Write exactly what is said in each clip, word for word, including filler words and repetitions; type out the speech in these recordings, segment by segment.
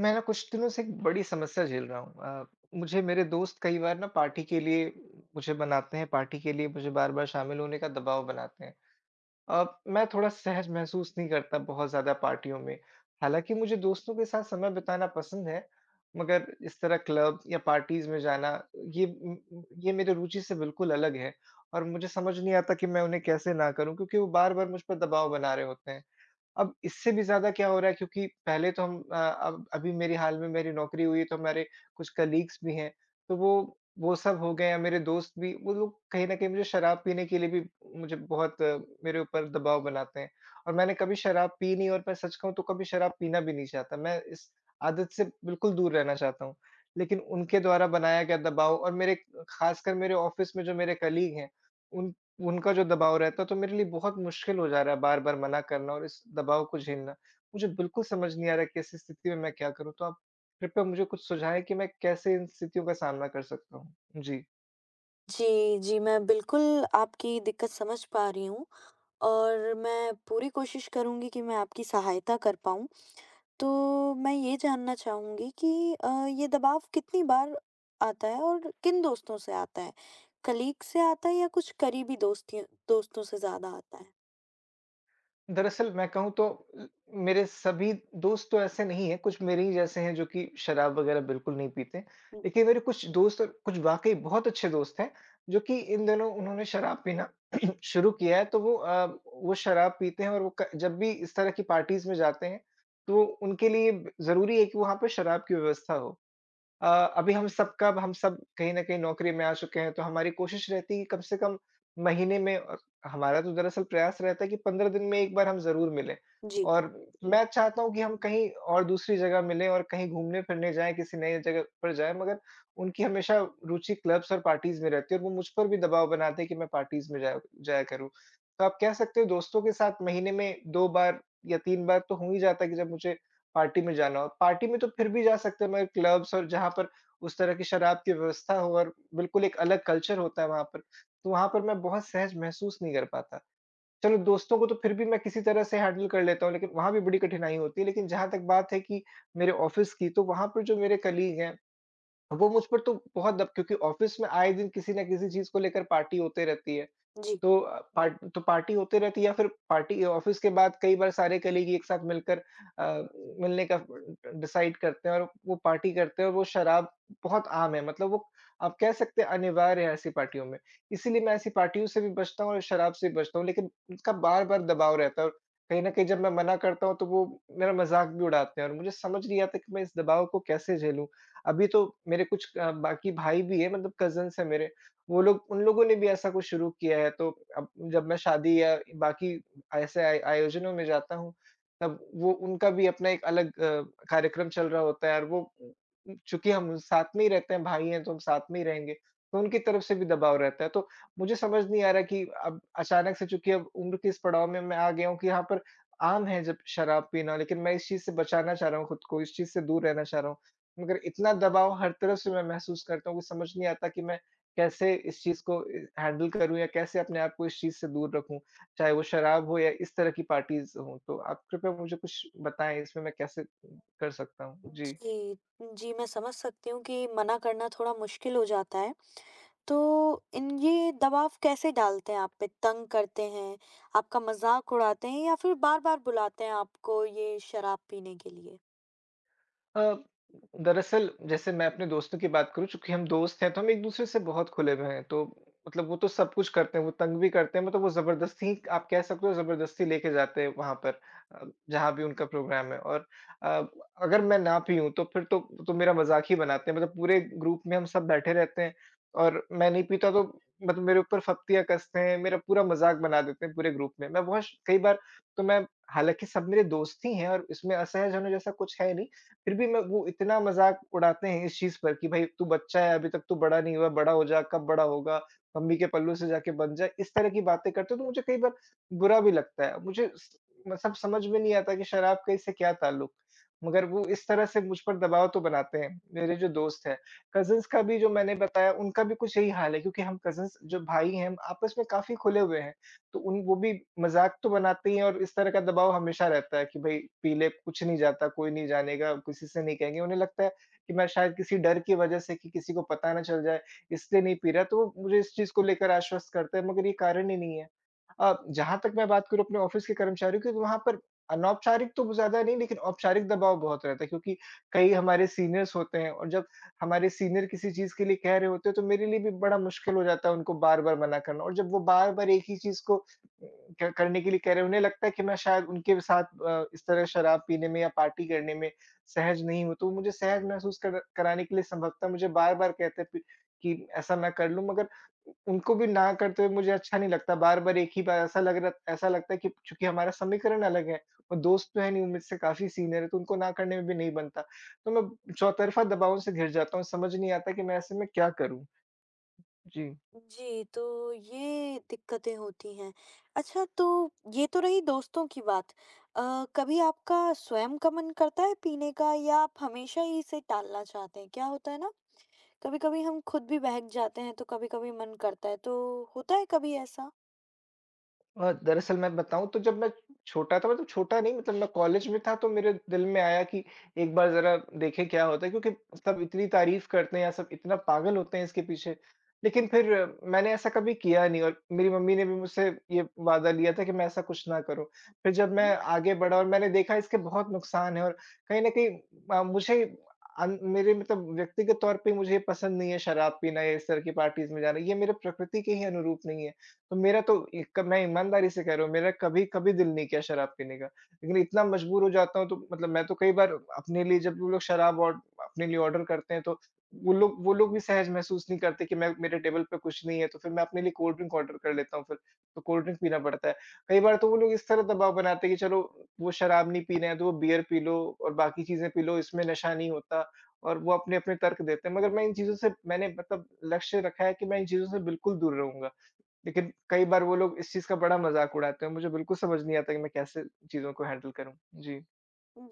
मैं ना कुछ दिनों से एक बड़ी समस्या झेल रहा हूँ। अ, मुझे मेरे दोस्त कई बार ना पार्टी के लिए मुझे बनाते हैं, पार्टी के लिए मुझे बार-बार शामिल होने का दबाव बनाते हैं। अब मैं थोड़ा सहज महसूस नहीं करता बहुत ज़्यादा पार्टियों में। हालाँकि मुझे दोस्तों के साथ समय बिताना पसंद है, मगर इस तरह क्लब या पार्टीज़ में जाना ये उम उम, ये मेरी रुचि से बिल्कुल अलग है, और मुझे समझ नहीं आता कि मैं उन्हें कैसे ना करूँ, क्योंकि वो बार-बार मुझ पर दबाव बना रहे होते हैं। अब इससे भी ज़्यादा क्या हो रहा है, क्योंकि पहले तो हम अ, अब अभी मेरी, हाल में मेरी नौकरी हुई, तो हमारे कुछ कलीग्स भी हैं, तो वो वो सब हो गए हैं मेरे दोस्त भी। वो लोग कहीं न कहीं मुझे शराब पीने के लिए भी मुझे बहुत अ, मेरे ऊपर दबाव बनाते हैं, और मैंने कभी शराब पी नहीं, और मैं सच कहूँ तो कभी शराब पीना भी नहीं चाहता। मैं इस आदत से बिल्कुल दूर रहना चाहता हूँ, लेकिन उनके द्वारा बनाया गया दबाव और मेरे, ख़ासकर मेरे ऑफ़िस में जो मेरे कलीग हैं, उनका जो दबाव रहता है, तो मेरे लिए बहुत मुश्किल हो जा रहा है बार-बार मना करना और इस दबाव को झेलना। मुझे बिल्कुल समझ नहीं आ रहा कि ऐसी स्थिति में मैं क्या करूँ? तो आप कृपया मुझे कुछ सुझाएँ कि मैं कैसे इन स्थितियों का सामना कर सकता हूँ? जी। जी, जी, मैं बिल्कुल आपकी दिक्कत समझ पा रही हूँ और मैं पूरी कोशिश करूँगी कि मैं आपकी सहायता कर पाऊँ। तो मैं ये जानना चाहूँगी कि अ, ये दबाव कितनी बार आता है और किन दोस्तों से आता है? कलीग से आता है या कुछ करीबी दोस्तियों दोस्तों से ज़्यादा आता है? दरअसल मैं कहूँ तो ल मेरे सभी दोस्त तो ऐसे नहीं हैं, कुछ मेरे ही जैसे हैं जो कि शराब वग़ैरह बिल्कुल नहीं पीते। हुँ। लेकिन मेरे कुछ दोस्त, और कुछ वाक़ई बहुत अच्छे दोस्त हैं, जो कि इन दिनों उन्होंने शराब पीना शुरू किया है। तो वो अ, वो शराब पीते हैं, और वो क जब भी इस तरह की पार्टीज़ में जाते हैं, तो उनके लिए ब ज़रूरी है कि वहाँ पे शराब की व्यवस्था हो। अ, अभी हम सब का हम सब कहीं न कहीं नौकरी में आ चुके हैं, तो हमारी कोशिश रहती है कि कम से कम महीने में, अ, हमारा तो दरअसल प्रयास रहता है कि पंद्रह दिन में एक बार हम ज़रूर मिलें। जी, और जी। मैं चाहता हूँ कि हम कहीं और दूसरी जगह मिलें, और कहीं घूमने-फिरने जाएँ, किसी नई जगह पर जाएँ, मगर उनकी हमेशा रुचि क्लब्स और पार्टीज़ में रहती है, और वो मुझ पर भी दबाव बनाते हैं कि मैं पार्टीज़ में जाया जाया करूँ। तो आप कह सकते हो, दोस्तों के साथ महीने में दो बार या तीन बार तो हो ही जाता है कि जब मुझे पार्टी में जाना हो। पार्टी में तो फिर भी जा सकते हैं, मगर क्लब्स और जहाँ पर उस तरह की शराब की व्यवस्था हो और बिल्कुल एक अलग कल्चर होता है वहाँ पर, तो वहाँ पर मैं बहुत सहज महसूस नहीं कर पाता। चलो, दोस्तों को तो फिर भी मैं किसी तरह से हैंडल कर लेता हूँ, लेकिन वहाँ भी बड़ी कठिनाई होती है। लेकिन जहाँ तक बात है कि मेरे ऑफ़िस की, तो वहाँ पर जो मेरे कलीग हैं, वो मुझ पर तो बहुत दब क्योंकि ऑफ़िस में आए दिन किसी न किसी चीज़ को लेकर पार्टी होते रहती है। जी। तो अ, पार्ट तो पार्टी होते रहती है, या फिर पार्टी ऑफ़िस के बाद कई बार सारे कलीग एक साथ मिलकर अ, मिलने का डिसाइड करते हैं और वो पार्टी करते हैं, और वो शराब बहुत आम है। मतलब वो, आप कह सकते हैं, अनिवार्य है ऐसी पार्टियों में। इसीलिए मैं ऐसी पार्टियों से भी बचता हूँ, और शराब से भी बचता हूँ, लेकिन उसका बार-बार दबाव रहता है, और कहीं न कहीं जब मैं मना करता हूँ तो वो मेरा मज़ाक भी उड़ाते हैं, और मुझे समझ नहीं आता कि मैं इस दबाव को कैसे झेलूँ? अभी तो मेरे कुछ अ, बाकी भाई भी हैं, मतलब कज़िन्स हैं मेरे। वो लोग उन लोगों ने भी ऐसा कुछ शुरू किया है, तो अब जब मैं शादी या बाकी ऐसे आय आयोजनों में जाता हूँ, तब वो, उनका भी अपना एक अलग अ, कार्यक्रम चल रहा होता है, और वो उम, चूँकि हम साथ में ही रहते हैं, भाई हैं, तो हम साथ में ही रहेंगे, तो उनकी तरफ से भी दबाव रहता है। तो मुझे समझ नहीं आ रहा कि अब अचानक से, चूँकि अब उम्र के इस पड़ाव में मैं आ गया हूँ कि यहाँ पर आम है जब शराब पीना, लेकिन मैं इस चीज़ से बचाना चाह रहा हूँ खुद को, इस चीज़ से दूर रहना चाह रहा हूँ। मगर इतना दबाव हर तरफ से मैं महसूस करता हूँ कि समझ नहीं आता कि मैं कैसे इस चीज़ को अ, हैंडल करूँ, या कैसे अपने आप को इस चीज़ से दूर रखूँ? चाहे वो शराब हो, या इस तरह की पार्टीज़ हों। तो आप कृपया मुझे कुछ बताएँ, इसमें मैं कैसे कर सकता हूँ? जी। जी, जी, मैं समझ सकती हूँ कि मना करना थोड़ा मुश्किल हो जाता है। तो इन ये दबाव कैसे डालते हैं आप पे? तंग करते हैं, आपका मज़ाक उड़ाते हैं या फिर बार-बार बुलाते हैं आपको ये शराब पीने के लिए? अ, दरअसल, जैसे मैं अपने दोस्तों की बात करूँ, चूँकि हम दोस्त हैं तो हम एक-दूसरे से बहुत खुले हुए हैं। तो मतलब वो तो सब कुछ करते हैं, वो तंग भी करते हैं, मतलब वो ज़बरदस्ती, आप कह सकते हो, ज़बरदस्ती लेके जाते हैं वहाँ पर अ, जहाँ भी उनका प्रोग्राम है, और अ, अगर मैं ना भी हूँ तो फिर तो तो मेरा मज़ाक ही बनाते हैं, मतलब पूरे ग्रुप में हम सब बैठे रहते हैं और मैं नहीं पीता, तो मतलब मेरे ऊपर फप्तियाँ कसते हैं, मेरा पूरा मज़ाक बना देते हैं पूरे ग्रुप में। मैं बहुत श कई बार तो मैं, हालाँकि सब मेरे दोस्त ही हैं और इसमें असहज होने जैसा कुछ है नहीं, फिर भी मैं, वो इतना मज़ाक उड़ाते हैं इस चीज़ पर कि भाई तू बच्चा है, अभी तक तू बड़ा नहीं हुआ, बड़ा हो जा, कब बड़ा होगा, मम्मी के पल्लू से जाके बन जा। इस तरह की बातें करते हो तो मुझे कई बार बुरा भी लगता है। मुझे स मतलब समझ में नहीं आता कि शराब का इससे क्या ताल्लुक? मगर वो इस तरह से मुझ पर दबाव तो बनाते हैं, मेरे जो दोस्त हैं। कज़िन्स का भी, जो मैंने बताया, उनका भी कुछ यही हाल है, क्योंकि हम कज़िन्स जो भाई हैं, हम आपस में काफ़ी खुले हुए हैं। तो उन वो भी मज़ाक तो बनाती हैं, और इस तरह का दबाव हमेशा रहता है कि भई पी ले, कुछ नहीं जाता, कोई नहीं जानेगा, किसी से नहीं कहेंगे। उन्हें लगता है कि मैं शायद किसी डर की वजह से, कि किसी को पता ना चल जाए, इसलिए नहीं पी रहा, तो वो मुझे इस चीज़ को लेकर आश्वस्त करते हैं, मगर ये कारण ही नहीं है। अ, जहाँ तक मैं बात करूँ अपने ऑफ़िस के कर्मचारियों की, तो वहाँ पर अनौपचारिक तो ज़्यादा नहीं, लेकिन औपचारिक दबाव बहुत रहता है, क्योंकि कई हमारे सीनियर्स होते हैं, और जब हमारे सीनियर किसी चीज़ के लिए कह रहे होते हैं, तो मेरे लिए भी बड़ा मुश्किल हो जाता है उनको बार-बार मना करना, और जब वो बार-बार एक ही चीज़ को क करने के लिए कह रहे हैं, उन्हें लगता है कि मैं शायद उनके साथ अ, इस तरह शराब पीने में या पार्टी करने में सहज नहीं हूँ, तो वो मुझे सहज महसूस कर कराने के लिए संभवतः मुझे बार-बार कहते थे कि ऐसा मैं कर लूँ, मगर उ उनको भी ना करते हुए मुझे अच्छा नहीं लगता। बार-बार एक ही बार ऐसा लग रहा ऐसा लगता है कि चूँकि हमारा समीकरण अलग है और दोस्त तो है नहीं, वो मुझसे काफ़ी सीनियर है, तो उनको ना करने में भी नहीं बनता। तो मैं चौतरफा दबाव से घिर जाता हूँ, समझ नहीं आता कि मैं ऐसे में क्या करूँ? जी। जी, तो ये दिक्कतें होती हैं। अच्छा, तो ये तो रही दोस्तों की बात। अ, कभी आपका स्वयं का मन करता है पीने का या आप हमेशा ही इसे टालना चाहते हैं? क्या होता है ना, कभी-कभी हम खुद भी बहक जाते हैं तो कभी-कभी मन करता है, तो होता है कभी ऐसा? अ, दरअसल मैं बताऊँ तो जब मैं छोटा था, मतलब छोटा नहीं, मतलब मैं कॉलेज में था, तो मेरे दिल में आया कि एक बार ज़रा देखें क्या होता है, क्योंकि सब इतनी तारीफ़ करते हैं, या सब इतना पागल होते हैं इसके पीछे। लेकिन फिर अ, मैंने ऐसा कभी किया नहीं, और मेरी मम्मी ने भी मुझसे ये वादा लिया था कि मैं ऐसा कुछ ना करूँ। फिर जब मैं आगे बढ़ा और मैंने देखा इसके बहुत नुकसान हैं, और कहीं न कहीं अ, मुझे अन मेरे, मतलब, व्यक्तिगत तौर पे मुझे ये पसंद नहीं है शराब पीना या इस तरह की पार्टीज़ में जाना, ये मेरे प्रकृति के ही अनुरूप नहीं है। तो मेरा तो इ क मैं ईमानदारी से कह रहा हूँ, मेरा कभी-कभी दिल नहीं किया शराब पीने का। लेकिन इतना मजबूर हो जाता हूँ तो, मतलब, मैं तो कई बार अपने लिए, जब वो लोग शराब और अपने लिए ऑर्डर करते हैं, तो वो लोग वो लोग भी सहज महसूस नहीं करते कि मैं, मेरे टेबल पे कुछ नहीं है, तो फिर मैं अपने लिए कोल्ड ड्रिंक ऑर्डर कर लेता हूँ फिर, तो कोल्ड ड्रिंक पीना पड़ता है। कई बार तो वो लोग इस तरह दबाव बनाते हैं कि चलो, वो शराब नहीं पीना है तो वो बियर पी लो और बाकी चीज़ें पी लो, इसमें नशा नहीं होता, और वो अपने-अपने तर्क देते हैं। मगर मैं इन चीज़ों से मैंने, मतलब, लक्ष्य रखा है कि मैं इन चीज़ों से बिल्कुल दूर रहूँगा। लेकिन कई बार वो लोग इस चीज़ का बड़ा मज़ाक उड़ाते हैं, मुझे बिल्कुल समझ नहीं आता कि मैं कैसे चीज़ों को हैंडल करूँ? जी।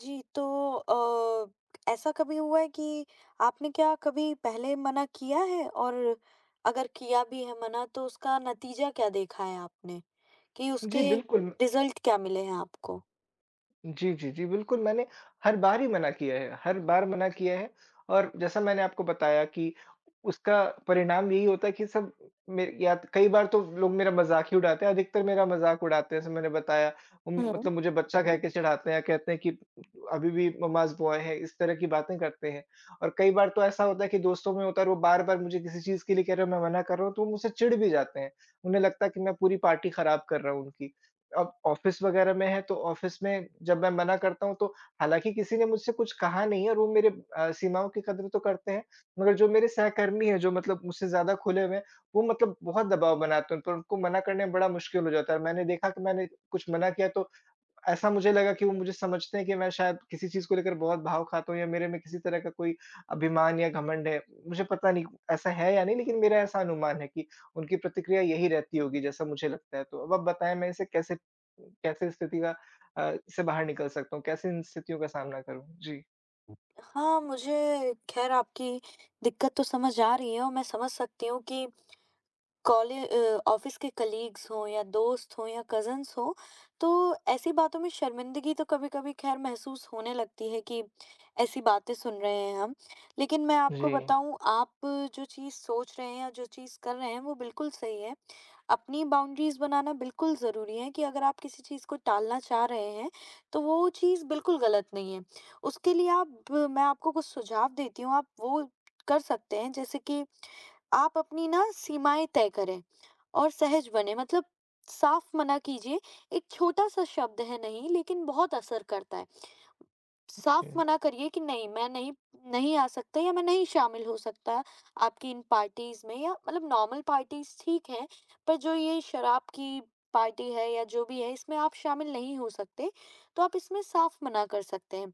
जी, तो अ, ऐसा कभी हुआ है कि आपने क्या कभी पहले मना किया है? और अगर किया भी है मना तो उसका नतीजा क्या देखा है आपने? कि जी, उसके बिल्कुल। रिज़ल्ट क्या मिले हैं आपको? जी, जी, जी, बिल्कुल, मैंने हर बार ही मना किया है, हर बार मना किया है, और जैसा मैंने आपको बताया कि उसका परिणाम यही होता है कि सब मे या तो, कई बार तो लोग मेरा मज़ाक ही उड़ाते हैं, अधिकतर मेरा मज़ाक उड़ाते हैं, जैसे मैंने बताया, उम, हुँ। मतलब मुझे बच्चा कह के चिढ़ाते हैं, कहते हैं कि अभी भी मम्माज़ बॉय है, इस तरह की बातें करते हैं। और कई बार तो ऐसा होता है कि दोस्तों में होता है, और वो बार-बार मुझे किसी चीज़ के लिए कह रहे हो, मैं मना कर रहा हूँ, तो वो मुझसे चिढ़ भी जाते हैं। उन्हें लगता है कि मैं पूरी पार्टी खराब कर रहा हूँ उनकी। अब ऑफ़िस वग़ैरह में है तो ऑफ़िस में जब मैं मना करता हूँ, तो हालाँकि किसी ने मुझसे कुछ कहा नहीं है, और वो मेरे अ, सीमाओं की कदर तो करते हैं, मगर जो मेरे सहकर्मी हैं, जो, मतलब, मुझसे ज़्यादा खुले हुए हैं, वो, मतलब, बहुत दबाव बनाते हैं, तो उनको मना करने में बड़ा मुश्किल हो जाता है। मैंने देखा कि मैंने कुछ मना किया, तो ऐसा मुझे लगा कि वो मुझे समझते हैं कि मैं शायद किसी चीज़ को लेकर बहुत भाव खाता हूँ, या मेरे में किसी तरह का कोई अभिमान या घमंड है। मुझे पता नहीं ऐसा है या नहीं, लेकिन मेरा ऐसा अनुमान है कि उनकी प्रतिक्रिया यही रहती होगी, जैसा मुझे लगता है। तो अब आप बताएँ, मैं इसे कैसे, कैसे स्थिति का अ, से बाहर निकल सकता हूँ? कैसे इन स्थितियों का सामना करूँ? जी। हाँ, मुझे ख़ैर आपकी दिक्कत तो समझ आ रही है और मैं समझ सकती हूँ कि कॉले अ, ऑफिस के कलीग्स हों या दोस्त हों या कज़न्स हों, तो ऐसी बातों में शर्मिंदगी तो कभी-कभी ख़ैर महसूस होने लगती है कि ऐसी बातें सुन रहे हैं हम। लेकिन मैं आपको जी, बताऊँ, आप जो चीज़ सोच रहे हैं या जो चीज़ कर रहे हैं, वो बिल्कुल सही है। अपनी बाउंड्रीज़ बनाना बिल्कुल ज़रूरी है कि अगर आप किसी चीज़ को टालना चाह रहे हैं, तो वो चीज़ बिल्कुल गलत नहीं है। उसके लिए आप मैं आपको कुछ सुझाव देती हूँ, आप वो कर सकते हैं। जैसे कि आप अपनी ना सीमाएँ तय करें और सहज बने। मतलब साफ मना कीजिए। एक छोटा सा शब्द है नहीं, लेकिन बहुत असर करता है। साफ जी। मना करिए कि नहीं, मैं नहीं नहीं आ सकता या मैं नहीं शामिल हो सकता आपकी इन पार्टीज में। या मतलब नॉर्मल पार्टीज ठीक है, पर जो ये शराब की पार्टी है या जो भी है, इसमें आप शामिल नहीं हो सकते, तो आप इसमें साफ मना कर सकते हैं।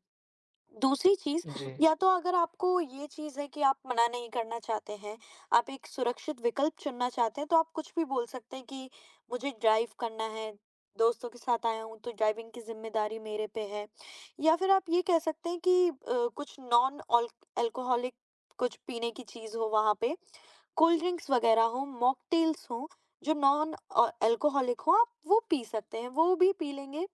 दूसरी चीज़, जी, या तो अगर आपको ये चीज़ है कि आप मना नहीं करना चाहते हैं, आप एक सुरक्षित विकल्प चुनना चाहते हैं, तो आप कुछ भी बोल सकते हैं कि मुझे ड्राइव करना है, दोस्तों के साथ आया हूँ, तो ड्राइविंग की ज़िम्मेदारी मेरे पे है। या फिर आप ये कह सकते हैं कि अ, कुछ नॉन ऑल अल्कोहलिक कुछ पीने की चीज़ हो वहाँ पे, कोल्ड ड्रिंक्स वगैरह हो, मॉकटेल्स हों, जो नॉन अ, अल्कोहलिक हो, आप वो पी सकते हैं, वो भी पी लेंगे,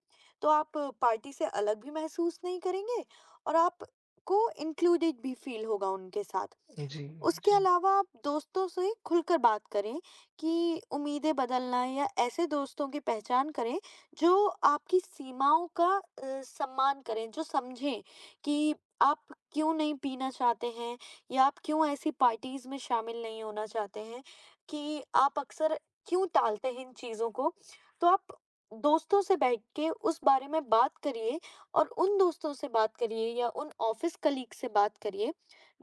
तो आप पार्टी से अलग भी महसूस नहीं करेंगे और आपको इंक्लूडेड भी फ़ील होगा उनके साथ। जी, उसके जी। अलावा आप दोस्तों से खुलकर बात करें कि उम्मीदें बदलना। या ऐसे दोस्तों की पहचान करें जो आपकी सीमाओं का अ, सम्मान करें, जो समझें कि आप क्यों नहीं पीना चाहते हैं या आप क्यों ऐसी पार्टीज़ में शामिल नहीं होना चाहते हैं, कि आप अक्सर क्यों टालते हैं इन चीज़ों को। तो आप दोस्तों से बैठ के उस बारे में बात करिए और उन दोस्तों से बात करिए या उन ऑफ़िस कलीग से बात करिए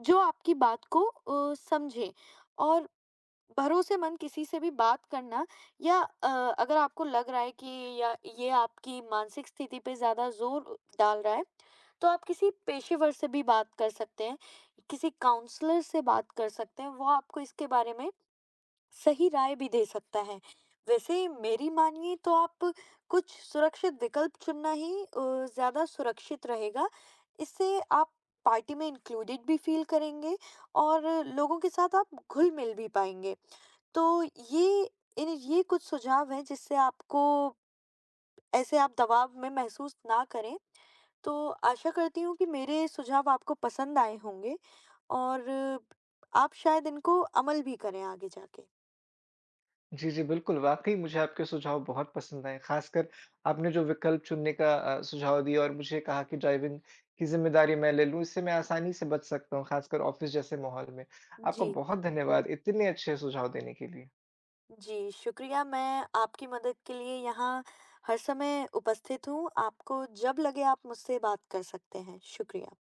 जो आपकी बात को अ, समझे। और भरोसेमंद किसी से भी बात करना, या अ, अगर आपको लग रहा है कि या ये आपकी मानसिक स्थिति पे ज़्यादा जोर डाल रहा है, तो आप किसी पेशेवर से भी बात कर सकते हैं, किसी काउंसलर से बात कर सकते हैं, वो आपको इसके बारे में सही राय भी दे सकता है। वैसे मेरी मानिए तो आप कुछ सुरक्षित विकल्प चुनना ही अ, ज़्यादा सुरक्षित रहेगा। इससे आप पार्टी में इंक्लूडेड भी फ़ील करेंगे और लोगों के साथ आप घुल-मिल भी पाएँगे। तो ये इन ये कुछ सुझाव हैं जिससे आपको ऐसे आप दबाव में महसूस ना करें। तो आशा करती हूँ कि मेरे सुझाव आपको पसंद आए होंगे और आप शायद इनको अमल भी करें आगे जाके। जी, जी, बिल्कुल। वाक़ई मुझे आपके सुझाव बहुत पसंद आए, ख़ासकर आपने जो विकल्प चुनने का अ, सुझाव दिया और मुझे कहा कि ड्राइविंग की ज़िम्मेदारी मैं ले लूँ, इससे मैं आसानी से बच सकता हूँ, ख़ासकर ऑफ़िस जैसे माहौल में। आपका जी। बहुत धन्यवाद इतने अच्छे सुझाव देने के लिए। जी, शुक्रिया, मैं आपकी मदद के लिए यहाँ हर समय उपस्थित हूँ। आपको जब लगे आप मुझसे बात कर सकते हैं। शुक्रिया।